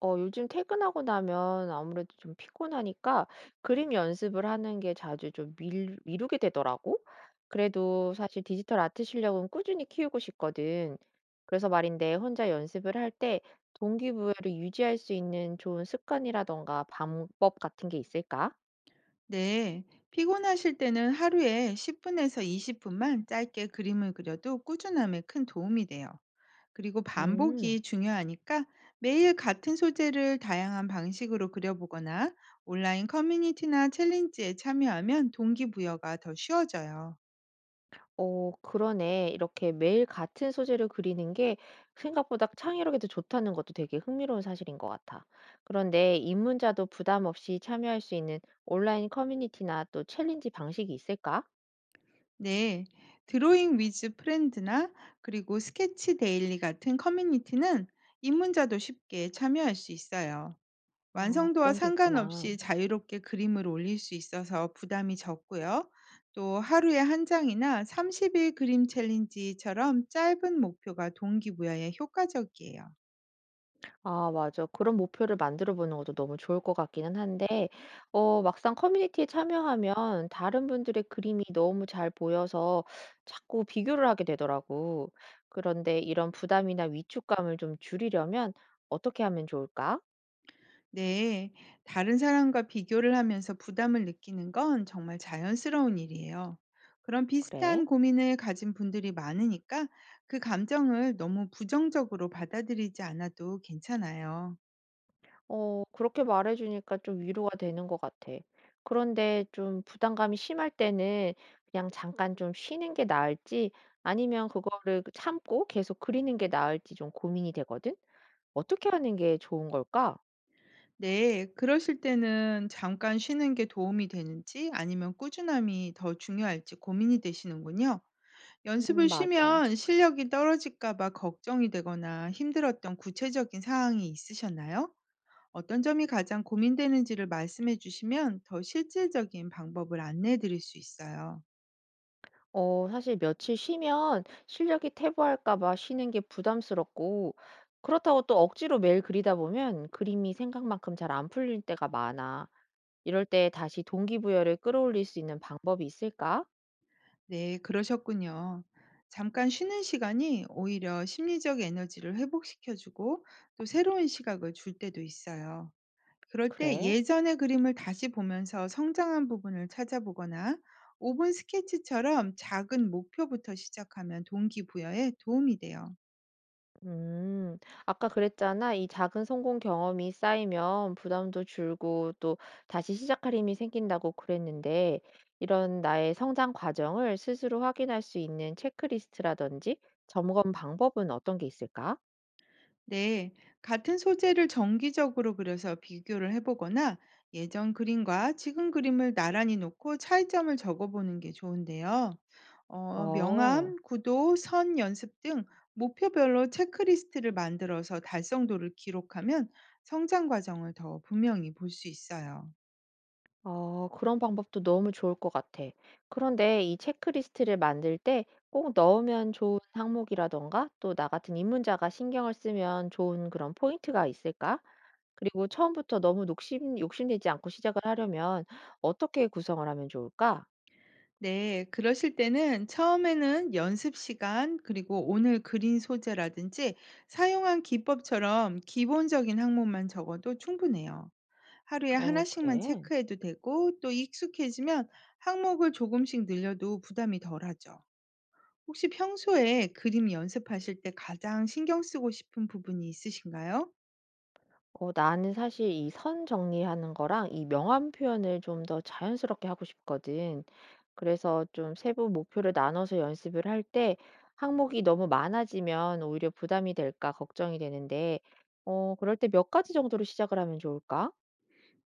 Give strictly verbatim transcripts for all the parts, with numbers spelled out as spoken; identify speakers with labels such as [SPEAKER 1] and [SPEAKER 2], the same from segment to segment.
[SPEAKER 1] 어 요즘 퇴근하고 나면 아무래도 좀 피곤하니까 그림 연습을 하는 게 자주 좀 밀 미루게 되더라고. 그래도 사실 디지털 아트 실력은 꾸준히 키우고 싶거든. 그래서 말인데 혼자 연습을 할 때 동기부여를 유지할 수 있는 좋은 습관이라던가 방법 같은 게 있을까?
[SPEAKER 2] 네, 피곤하실 때는 하루에 십 분에서 이십 분만 짧게 그림을 그려도 꾸준함에 큰 도움이 돼요. 그리고
[SPEAKER 1] 음.
[SPEAKER 2] 반복이 중요하니까 매일 같은 소재를 다양한 방식으로 그려보거나 온라인 커뮤니티나 챌린지에 참여하면 동기부여가 더 쉬워져요.
[SPEAKER 1] 어 그러네. 이렇게 매일 같은 소재로 그리는 게 생각보다 창의력에도 좋다는 것도 되게 흥미로운 사실인 것 같아. 그런데 입문자도 부담 없이 참여할 수 있는 온라인 커뮤니티나 또 챌린지 방식이 있을까?
[SPEAKER 2] 네, 드로잉 위즈 프렌드나 그리고 스케치 데일리 같은 커뮤니티는 입문자도 쉽게 참여할 수 있어요.
[SPEAKER 1] 아,
[SPEAKER 2] 완성도와
[SPEAKER 1] 그런 게 있구나.
[SPEAKER 2] 상관없이 자유롭게 그림을 올릴 수 있어서 부담이 적고요. 또 하루에 한 장이나 삼십 일 그림 챌린지처럼 짧은 목표가 동기부여에 효과적이에요.
[SPEAKER 1] 아 맞아. 그런 목표를 만들어 보는 것도 너무 좋을 것 같기는 한데 어 막상 커뮤니티에 참여하면 다른 분들의 그림이 너무 잘 보여서 자꾸 비교를 하게 되더라고. 그런데 이런 부담이나 위축감을 좀 줄이려면 어떻게 하면 좋을까?
[SPEAKER 2] 네, 다른 사람과 비교를 하면서 부담을 느끼는 건 정말 자연스러운 일이에요. 그런
[SPEAKER 1] 그래.
[SPEAKER 2] 비슷한 고민을 가진 분들이 많으니까 그 감정을 너무 부정적으로 받아들이지 않아도 괜찮아요.
[SPEAKER 1] 어 그렇게 말해 주니까 좀 위로가 되는 것 같아. 그런데 좀 부담감이 심할 때는 그냥 잠깐 좀 쉬는 게 나을지 아니면 그거를 참고 계속 그리는 게 나을지 좀 고민이 되거든. 어떻게 하는 게 좋은 걸까?
[SPEAKER 2] 네, 그러실 때는 잠깐 쉬는 게 도움이 되는지 아니면 꾸준함이 더 중요할지 고민이 되시는군요. 연습을
[SPEAKER 1] 음, 맞아.
[SPEAKER 2] 쉬면 실력이 떨어질까 봐 걱정이 되거나 힘들었던 구체적인 상황이 있으셨나요? 어떤 점이 가장 고민되는지를 말씀해 주시면 더 실질적인 방법을 안내해 드릴 수 있어요.
[SPEAKER 1] 어, 사실 며칠 쉬면 실력이 퇴보할까 봐 쉬는 게 부담스럽고, 그렇다고 또 억지로 매일 그리다 보면 그림이 생각만큼 잘 안 풀릴 때가 많아. 이럴 때 다시 동기부여를 끌어올릴 수 있는 방법이 있을까?
[SPEAKER 2] 네, 그러셨군요. 잠깐 쉬는 시간이 오히려 심리적 에너지를 회복시켜주고 또 새로운 시각을 줄 때도 있어요. 그럴 때
[SPEAKER 1] 그래.
[SPEAKER 2] 예전의 그림을 다시 보면서 성장한 부분을 찾아보거나 오 분 스케치처럼 작은 목표부터 시작하면 동기부여에 도움이 돼요.
[SPEAKER 1] 음, 아까 그랬잖아. 이 작은 성공 경험이 쌓이면 부담도 줄고 또 다시 시작할 힘이 생긴다고 그랬는데, 이런 나의 성장 과정을 스스로 확인할 수 있는 체크리스트라든지 점검 방법은 어떤 게 있을까?
[SPEAKER 2] 네, 같은 소재를 정기적으로 그려서 비교를 해보거나 예전 그림과 지금 그림을 나란히 놓고 차이점을 적어보는 게 좋은데요. 어,
[SPEAKER 1] 어,
[SPEAKER 2] 명암, 구도, 선 연습 등 목표별로 체크리스트를 만들어서 달성도를 기록하면 성장 과정을 더 분명히 볼 수 있어요.
[SPEAKER 1] 어, 그런 방법도 너무 좋을 것 같아. 그런데 이 체크리스트를 만들 때 꼭 넣으면 좋은 항목이라던가 또 나 같은 입문자가 신경을 쓰면 좋은 그런 포인트가 있을까? 그리고 처음부터 너무 욕심 욕심내지 않고 시작을 하려면 어떻게 구성을 하면 좋을까?
[SPEAKER 2] 네, 그러실 때는 처음에는 연습 시간, 그리고 오늘 그린 소재라든지 사용한 기법처럼 기본적인 항목만 적어도 충분해요. 하루에
[SPEAKER 1] 어,
[SPEAKER 2] 하나씩만
[SPEAKER 1] 그래.
[SPEAKER 2] 체크해도 되고, 또 익숙해지면 항목을 조금씩 늘려도 부담이 덜하죠. 혹시 평소에 그림 연습하실 때 가장 신경 쓰고 싶은 부분이 있으신가요?
[SPEAKER 1] 어, 나는 사실 이 선 정리하는 거랑 이 명암 표현을 좀 더 자연스럽게 하고 싶거든. 그래서 좀 세부 목표를 나눠서 연습을 할 때 항목이 너무 많아지면 오히려 부담이 될까 걱정이 되는데, 어, 그럴 때 몇 가지 정도로 시작을 하면 좋을까?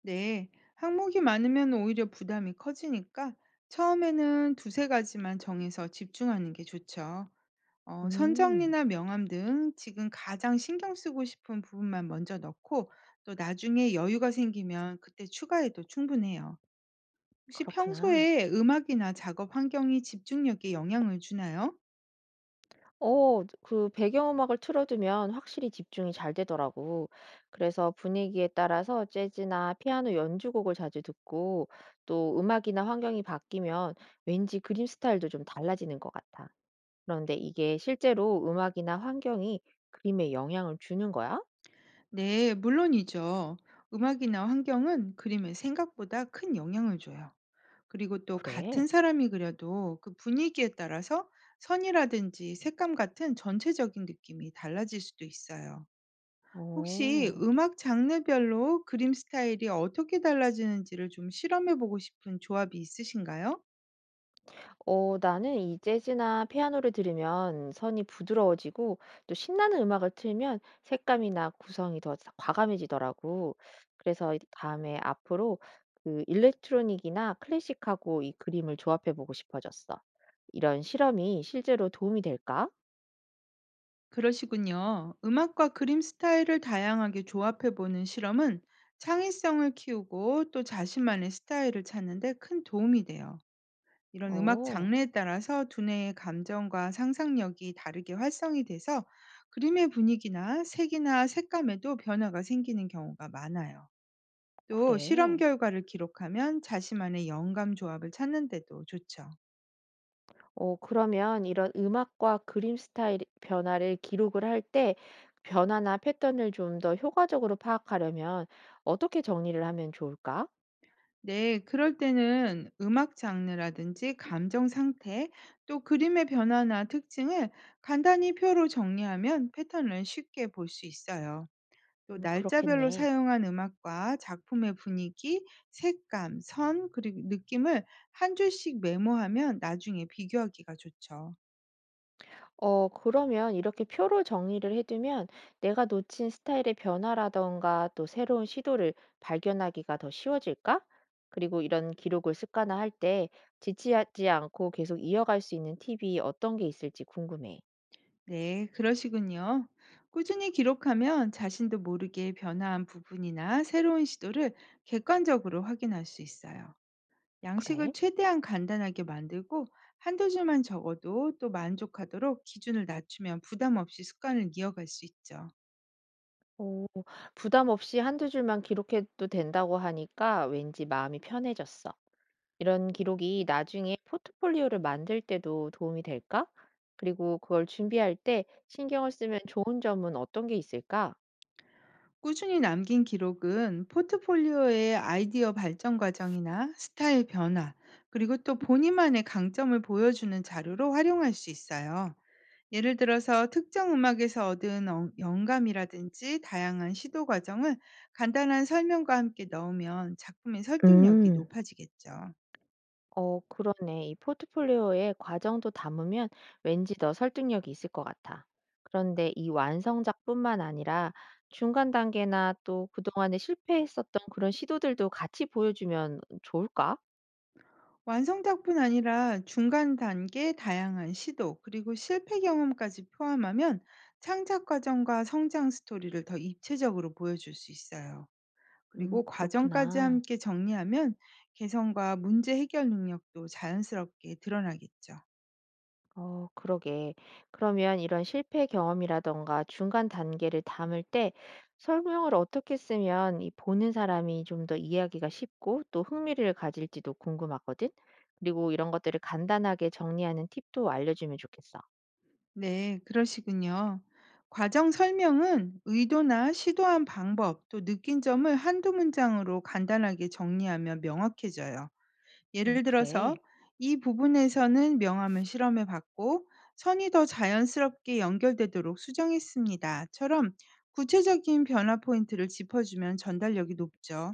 [SPEAKER 2] 네, 항목이 많으면 오히려 부담이 커지니까 처음에는 두세 가지만 정해서 집중하는 게 좋죠. 어
[SPEAKER 1] 음,
[SPEAKER 2] 선정리나 명함 등 지금 가장 신경 쓰고 싶은 부분만 먼저 넣고 또 나중에 여유가 생기면 그때 추가해도 충분해요. 혹시
[SPEAKER 1] 그렇구나.
[SPEAKER 2] 평소에 음악이나 작업 환경이 집중력에 영향을 주나요?
[SPEAKER 1] 어 그 배경음악을 틀어 두면 확실히 집중이 잘 되더라고. 그래서 분위기에 따라서 재즈나 피아노 연주곡을 자주 듣고 또 음악이나 환경이 바뀌면 왠지 그림 스타일도 좀 달라지는 것 같아. 그런데 이게 실제로 음악이나 환경이 그림에 영향을 주는 거야?
[SPEAKER 2] 네, 물론이죠. 음악이나 환경은 그림에 생각보다 큰 영향을 줘요. 그리고 또
[SPEAKER 1] 그래?
[SPEAKER 2] 같은 사람이 그려도 그 분위기에 따라서 선이라든지 색감 같은 전체적인 느낌이 달라질 수도 있어요. 혹시
[SPEAKER 1] 어.
[SPEAKER 2] 음악 장르별로 그림 스타일이 어떻게 달라지는지를 좀 실험해 보고 싶은 조합이 있으신가요?
[SPEAKER 1] 어, 나는 이 재즈나 피아노를 들으면 선이 부드러워지고 또 신나는 음악을 틀면 색감이나 구성이 더 자- 과감해지더라고. 그래서 이- 다음에 앞으로 그 일렉트로닉이나 클래식하고 이 그림을 조합해 보고 싶어졌어. 이런 실험이 실제로 도움이 될까?
[SPEAKER 2] 그러시군요. 음악과 그림 스타일을 다양하게 조합해 보는 실험은 창의성을 키우고 또 자신만의 스타일을 찾는 데 큰 도움이 돼요. 이런 음악
[SPEAKER 1] 어,
[SPEAKER 2] 장르에 따라서 두뇌의 감정과 상상력이 다르게 활성이 돼서 그림의 분위기나 색이나 색감에도 변화가 생기는 경우가 많아요. 또 실험
[SPEAKER 1] 그래.
[SPEAKER 2] 결과를 기록하면 자신만의 영감 조합을 찾는 데도 좋죠.
[SPEAKER 1] 어 그러면 이런 음악과 그림 스타일 변화를 기록을 할 때 변화나 패턴을 좀 더 효과적으로 파악하려면 어떻게 정리를 하면 좋을까?
[SPEAKER 2] 네, 그럴 때는 음악 장르라든지 감정 상태, 또 그림의 변화나 특징을 간단히 표로 정리하면 패턴을 쉽게 볼 수 있어요. 또
[SPEAKER 1] 음,
[SPEAKER 2] 날짜별로
[SPEAKER 1] 그렇겠네.
[SPEAKER 2] 사용한 음악과 작품의 분위기, 색감, 선, 그리고 느낌을 한 줄씩 메모하면 나중에 비교하기가 좋죠.
[SPEAKER 1] 어, 그러면 이렇게 표로 정리를 해두면 내가 놓친 스타일의 변화라던가 또 새로운 시도를 발견하기가 더 쉬워질까? 그리고 이런 기록을 습관화할 때 지치지 않고 계속 이어갈 수 있는 팁이 어떤 게 있을지 궁금해.
[SPEAKER 2] 네, 그러시군요. 꾸준히 기록하면 자신도 모르게 변화한 부분이나 새로운 시도를 객관적으로 확인할 수 있어요. 양식을
[SPEAKER 1] 그래?
[SPEAKER 2] 최대한 간단하게 만들고 한두 줄만 적어도 또 만족하도록 기준을 낮추면 부담 없이 습관을 이어갈 수 있죠.
[SPEAKER 1] 오, 부담 없이 한두 줄만 기록해도 된다고 하니까 왠지 마음이 편해졌어. 이런 기록이 나중에 포트폴리오를 만들 때도 도움이 될까? 그리고 그걸 준비할 때 신경을 쓰면 좋은 점은 어떤 게 있을까?
[SPEAKER 2] 꾸준히 남긴 기록은 포트폴리오의 아이디어 발전 과정이나 스타일 변화, 그리고 또 본인만의 강점을 보여주는 자료로 활용할 수 있어요. 예를 들어서 특정 음악에서 얻은 어- 영감이라든지 다양한 시도 과정을 간단한 설명과 함께 넣으면 작품의 설득력이
[SPEAKER 1] 음.
[SPEAKER 2] 높아지겠죠.
[SPEAKER 1] 어 그러네. 이 포트폴리오에 과정도 담으면 왠지 더 설득력이 있을 것 같아. 그런데 이 완성작뿐만 아니라 중간 단계나 또 그동안에 실패했었던 그런 시도들도 같이 보여주면 좋을까?
[SPEAKER 2] 완성작뿐 아니라 중간 단계의 다양한 시도, 그리고 실패 경험까지 포함하면 창작 과정과 성장 스토리를 더 입체적으로 보여줄 수 있어요.
[SPEAKER 1] 음,
[SPEAKER 2] 그리고 과정까지
[SPEAKER 1] 그렇구나.
[SPEAKER 2] 함께 정리하면 개성과 문제 해결 능력도 자연스럽게 드러나겠죠.
[SPEAKER 1] 어 그러게. 그러면 이런 실패 경험이라든가 중간 단계를 담을 때 설명을 어떻게 쓰면 이 보는 사람이 좀 더 이해하기가 쉽고 또 흥미를 가질지도 궁금하거든. 그리고 이런 것들을 간단하게 정리하는 팁도 알려주면 좋겠어.
[SPEAKER 2] 네, 그러시군요. 과정 설명은 의도나 시도한 방법, 또 느낀 점을 한두 문장으로 간단하게 정리하면 명확해져요.
[SPEAKER 1] 음
[SPEAKER 2] 예를 들어서
[SPEAKER 1] 그래.
[SPEAKER 2] 이 부분에서는 명암을 실험해 봤고 선이 더 자연스럽게 연결되도록 수정했습니다.처럼 구체적인 변화 포인트를 짚어주면 전달력이 높죠.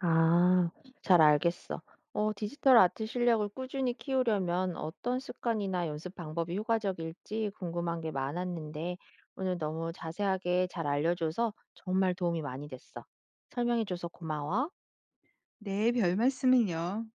[SPEAKER 1] 아, 잘 알겠어. 어, 디지털 아트 실력을 꾸준히 키우려면 어떤 습관이나 연습 방법이 효과적일지 궁금한 게 많았는데, 오늘 너무 자세하게 잘 알려줘서 정말 도움이 많이 됐어. 설명해줘서 고마워.
[SPEAKER 2] 네, 별 말씀을요.